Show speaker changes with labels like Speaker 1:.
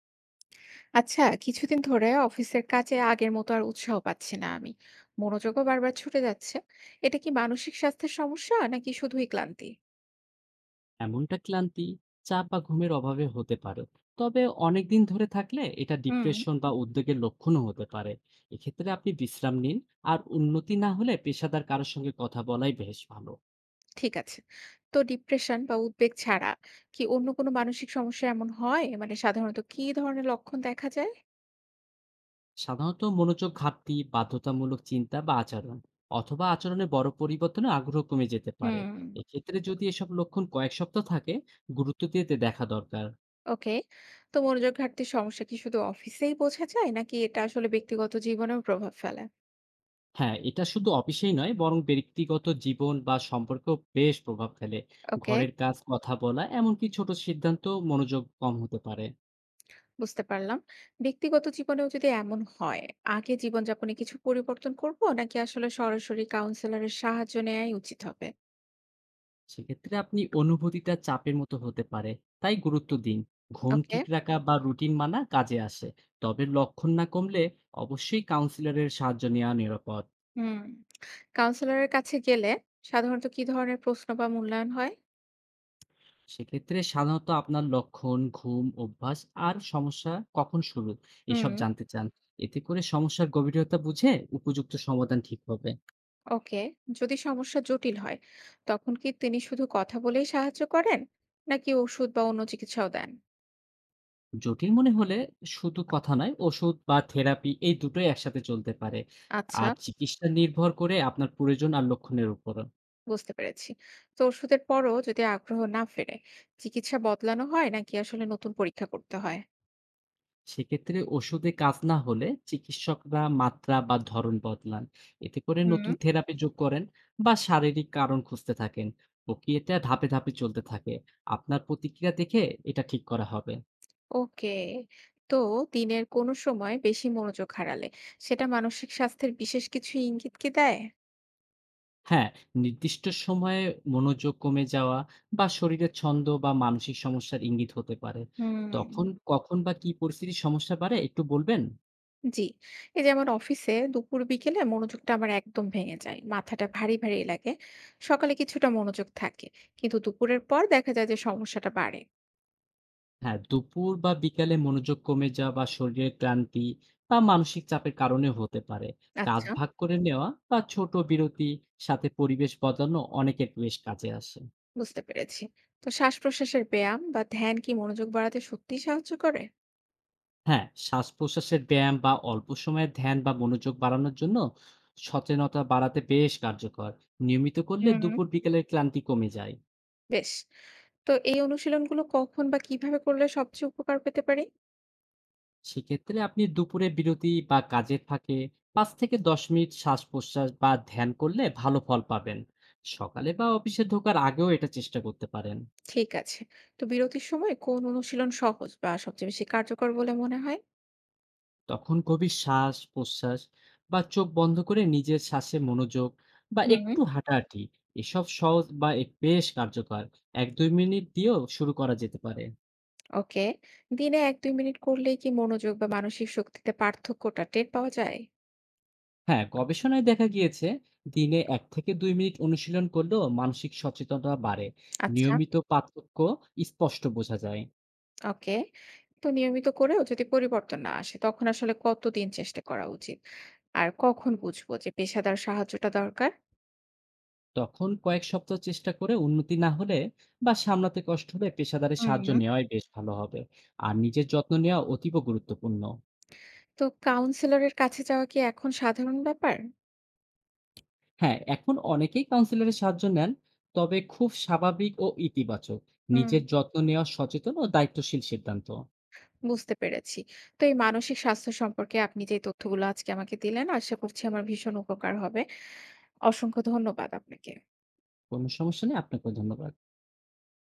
Speaker 1: আচ্ছা, কিছুদিন ধরে অফিসের কাজে আগের মতো আর উৎসাহ পাচ্ছি না আমি। মনোযোগও বারবার ছুটে যাচ্ছে। এটা কি মানসিক স্বাস্থ্যের সমস্যা নাকি শুধুই ক্লান্তি?
Speaker 2: এমনটা ক্লান্তি, চাপ বা ঘুমের অভাবে হতে পারে। তবে অনেক দিন ধরে থাকলে এটা
Speaker 1: হুম।
Speaker 2: ডিপ্রেশন বা উদ্বেগের লক্ষণও হতে পারে। এক্ষেত্রে আপনি বিশ্রাম নিন আর উন্নতি না হলে পেশাদার কারো সঙ্গে কথা বলাই বেশ ভালো।
Speaker 1: ঠিক আছে। তো ডিপ্রেশন বা উদ্বেগ ছাড়া কি অন্য কোনো মানসিক সমস্যা এমন হয়, মানে সাধারণত কি ধরনের লক্ষণ দেখা যায়?
Speaker 2: সাধারণত মনোযোগ ঘাটতি, বাধ্যতামূলক চিন্তা বা আচরণ অথবা আচরণে বড় পরিবর্তনে আগ্রহ কমে যেতে পারে।
Speaker 1: হুম।
Speaker 2: এক্ষেত্রে যদি এসব লক্ষণ কয়েক সপ্তাহ থাকে, গুরুত্ব দিয়ে তে দেখা দরকার।
Speaker 1: ওকে। তো মনোযোগ ঘাটতির সমস্যা কি শুধু অফিসেই বোঝা যায় নাকি এটা আসলে ব্যক্তিগত জীবনেও প্রভাব ফেলে?
Speaker 2: হ্যাঁ, এটা শুধু অফিসেই নয় বরং ব্যক্তিগত জীবন বা সম্পর্কেও বেশ প্রভাব ফেলে।
Speaker 1: ওকে।
Speaker 2: ঘরের কাজ, কথা বলা এমনকি ছোট সিদ্ধান্ত মনোযোগ কম হতে পারে।
Speaker 1: বুঝতে পারলাম। ব্যক্তিগত জীবনেও যদি এমন হয়, আগে জীবনযাপনে কিছু পরিবর্তন করব নাকি আসলে সরাসরি কাউন্সিলরের সাহায্য নেয়াই উচিত হবে?
Speaker 2: সেক্ষেত্রে আপনি অনুভূতিটা চাপের মতো হতে পারে। তাই গুরুত্ব দিন। ঘুম
Speaker 1: ওকে।
Speaker 2: ঠিক রাখা বা রুটিন মানা কাজে আসে। তবে লক্ষণ না কমলে অবশ্যই কাউন্সিলরের সাহায্য নেওয়া নিরাপদ।
Speaker 1: হুম। কাউন্সিলরের কাছে গেলে সাধারণত কি ধরনের প্রশ্ন বা মূল্যায়ন হয়?
Speaker 2: সেক্ষেত্রে সাধারণত আপনার লক্ষণ, ঘুম, অভ্যাস আর সমস্যা কখন শুরু
Speaker 1: হুম।
Speaker 2: এসব জানতে চান। এতে করে সমস্যার গভীরতা বুঝে উপযুক্ত সমাধান ঠিক হবে।
Speaker 1: ওকে। যদি সমস্যা জটিল হয়, তখন কি তিনি শুধু কথা বলেই সাহায্য করেন? নাকি ওষুধ বা অন্য চিকিৎসাও দেন?
Speaker 2: জটিল মনে হলে শুধু কথা নয়, ওষুধ বা থেরাপি এই দুটোই একসাথে চলতে পারে।
Speaker 1: আচ্ছা,
Speaker 2: আর চিকিৎসা নির্ভর করে আপনার প্রয়োজন আর লক্ষণের উপরও।
Speaker 1: বুঝতে পেরেছি। তো ওষুধের পরও যদি আগ্রহ না ফেরে, চিকিৎসা বদলানো হয় নাকি আসলে নতুন পরীক্ষা করতে হয়?
Speaker 2: সেক্ষেত্রে ওষুধে কাজ না হলে চিকিৎসকরা মাত্রা বা ধরন বদলান। এতে করে
Speaker 1: হুম।
Speaker 2: নতুন থেরাপি যোগ করেন বা শারীরিক কারণ খুঁজতে থাকেন। প্রক্রিয়াটা ধাপে, ধাপে চলতে থাকে। আপনার প্রতিক্রিয়া দেখে এটা ঠিক করা হবে।
Speaker 1: ওকে। তো দিনের কোন সময় বেশি মনোযোগ হারালে সেটা মানসিক স্বাস্থ্যের বিশেষ কিছু ইঙ্গিত কি দেয়?
Speaker 2: হ্যাঁ, নির্দিষ্ট সময়ে মনোযোগ কমে যাওয়া বা শরীরের ছন্দ বা মানসিক সমস্যার ইঙ্গিত হতে পারে।
Speaker 1: হুম।
Speaker 2: তখন কখন বা কি পরিস্থিতির সমস্যা বাড়ে একটু বলবেন?
Speaker 1: জি। এই যেমন অফিসে দুপুর বিকেলে মনোযোগটা আমার একদম ভেঙে যায়। মাথাটা ভারী, ভারী লাগে। সকালে কিছুটা মনোযোগ থাকে, কিন্তু দুপুরের পর দেখা যায় যে সমস্যাটা বাড়ে।
Speaker 2: হ্যাঁ, দুপুর বা বিকালে মনোযোগ কমে যাওয়া বা শরীরের ক্লান্তি বা মানসিক চাপের কারণেও হতে পারে। কাজ
Speaker 1: আচ্ছা,
Speaker 2: ভাগ করে নেওয়া বা ছোট বিরতি সাথে পরিবেশ বদলানো অনেকের বেশ কাজে আসে।
Speaker 1: বুঝতে পেরেছি। তো শ্বাস-প্রশ্বাসের ব্যায়াম বা ধ্যান কি মনোযোগ বাড়াতে সত্যিই সাহায্য করে?
Speaker 2: হ্যাঁ, শ্বাস-প্রশ্বাসের ব্যায়াম বা অল্প সময়ের ধ্যান বা মনোযোগ বাড়ানোর জন্য সচেতনতা বাড়াতে বেশ কার্যকর। নিয়মিত করলে
Speaker 1: হুম।
Speaker 2: দুপুর বিকেলের ক্লান্তি কমে যায়।
Speaker 1: বেশ। তো এই অনুশীলনগুলো কখন বা কিভাবে করলে সবচেয়ে উপকার পেতে পারি?
Speaker 2: সেক্ষেত্রে আপনি দুপুরে বিরতি বা কাজের ফাঁকে ৫ থেকে ১০ মিনিট শ্বাস-প্রশ্বাস বা ধ্যান করলে ভালো ফল পাবেন। সকালে বা অফিসে ঢোকার আগেও এটা চেষ্টা করতে পারেন।
Speaker 1: ঠিক আছে। তো বিরতির সময় কোন অনুশীলন সহজ বা সবচেয়ে বেশি কার্যকর বলে মনে হয়?
Speaker 2: তখন গভীর শ্বাস প্রশ্বাস বা চোখ বন্ধ করে নিজের শ্বাসে মনোযোগ বা
Speaker 1: হুম।
Speaker 2: একটু হাঁটাহাঁটি এসব সহজ বা বেশ কার্যকর। এক দুই মিনিট দিয়েও শুরু করা যেতে পারে।
Speaker 1: ওকে। দিনে ১-২ মিনিট করলেই কি মনোযোগ বা মানসিক শক্তিতে পার্থক্যটা টের পাওয়া যায়?
Speaker 2: হ্যাঁ, গবেষণায় দেখা গিয়েছে দিনে এক থেকে দুই মিনিট অনুশীলন করলেও মানসিক সচেতনতা বাড়ে।
Speaker 1: আচ্ছা।
Speaker 2: নিয়মিত পার্থক্য স্পষ্ট বোঝা যায়।
Speaker 1: ওকে। তো নিয়মিত করেও যদি পরিবর্তন না আসে তখন আসলে কতদিন চেষ্টা করা উচিত? আর কখন বুঝবো যে পেশাদার সাহায্যটা দরকার?
Speaker 2: তখন কয়েক সপ্তাহ চেষ্টা করে উন্নতি না হলে বা সামলাতে কষ্ট হলে পেশাদারের সাহায্য
Speaker 1: হুম।
Speaker 2: নেওয়াই বেশ ভালো হবে। আর নিজের যত্ন নেওয়া অতীব গুরুত্বপূর্ণ।
Speaker 1: তো কাউন্সিলরের কাছে যাওয়া কি এখন সাধারণ ব্যাপার?
Speaker 2: হ্যাঁ, এখন অনেকেই কাউন্সিলরের সাহায্য নেন। তবে খুব স্বাভাবিক ও ইতিবাচক।
Speaker 1: হুম।
Speaker 2: নিজের যত্ন নেওয়া সচেতন ও দায়িত্বশীল সিদ্ধান্ত।
Speaker 1: বুঝতে পেরেছি। তো এই মানসিক স্বাস্থ্য সম্পর্কে আপনি যে তথ্যগুলো আজকে আমাকে দিলেন, আশা করছি আমার ভীষণ উপকার হবে। অসংখ্য ধন্যবাদ আপনাকে।
Speaker 2: কোনো সমস্যা নেই। আপনাকেও ধন্যবাদ।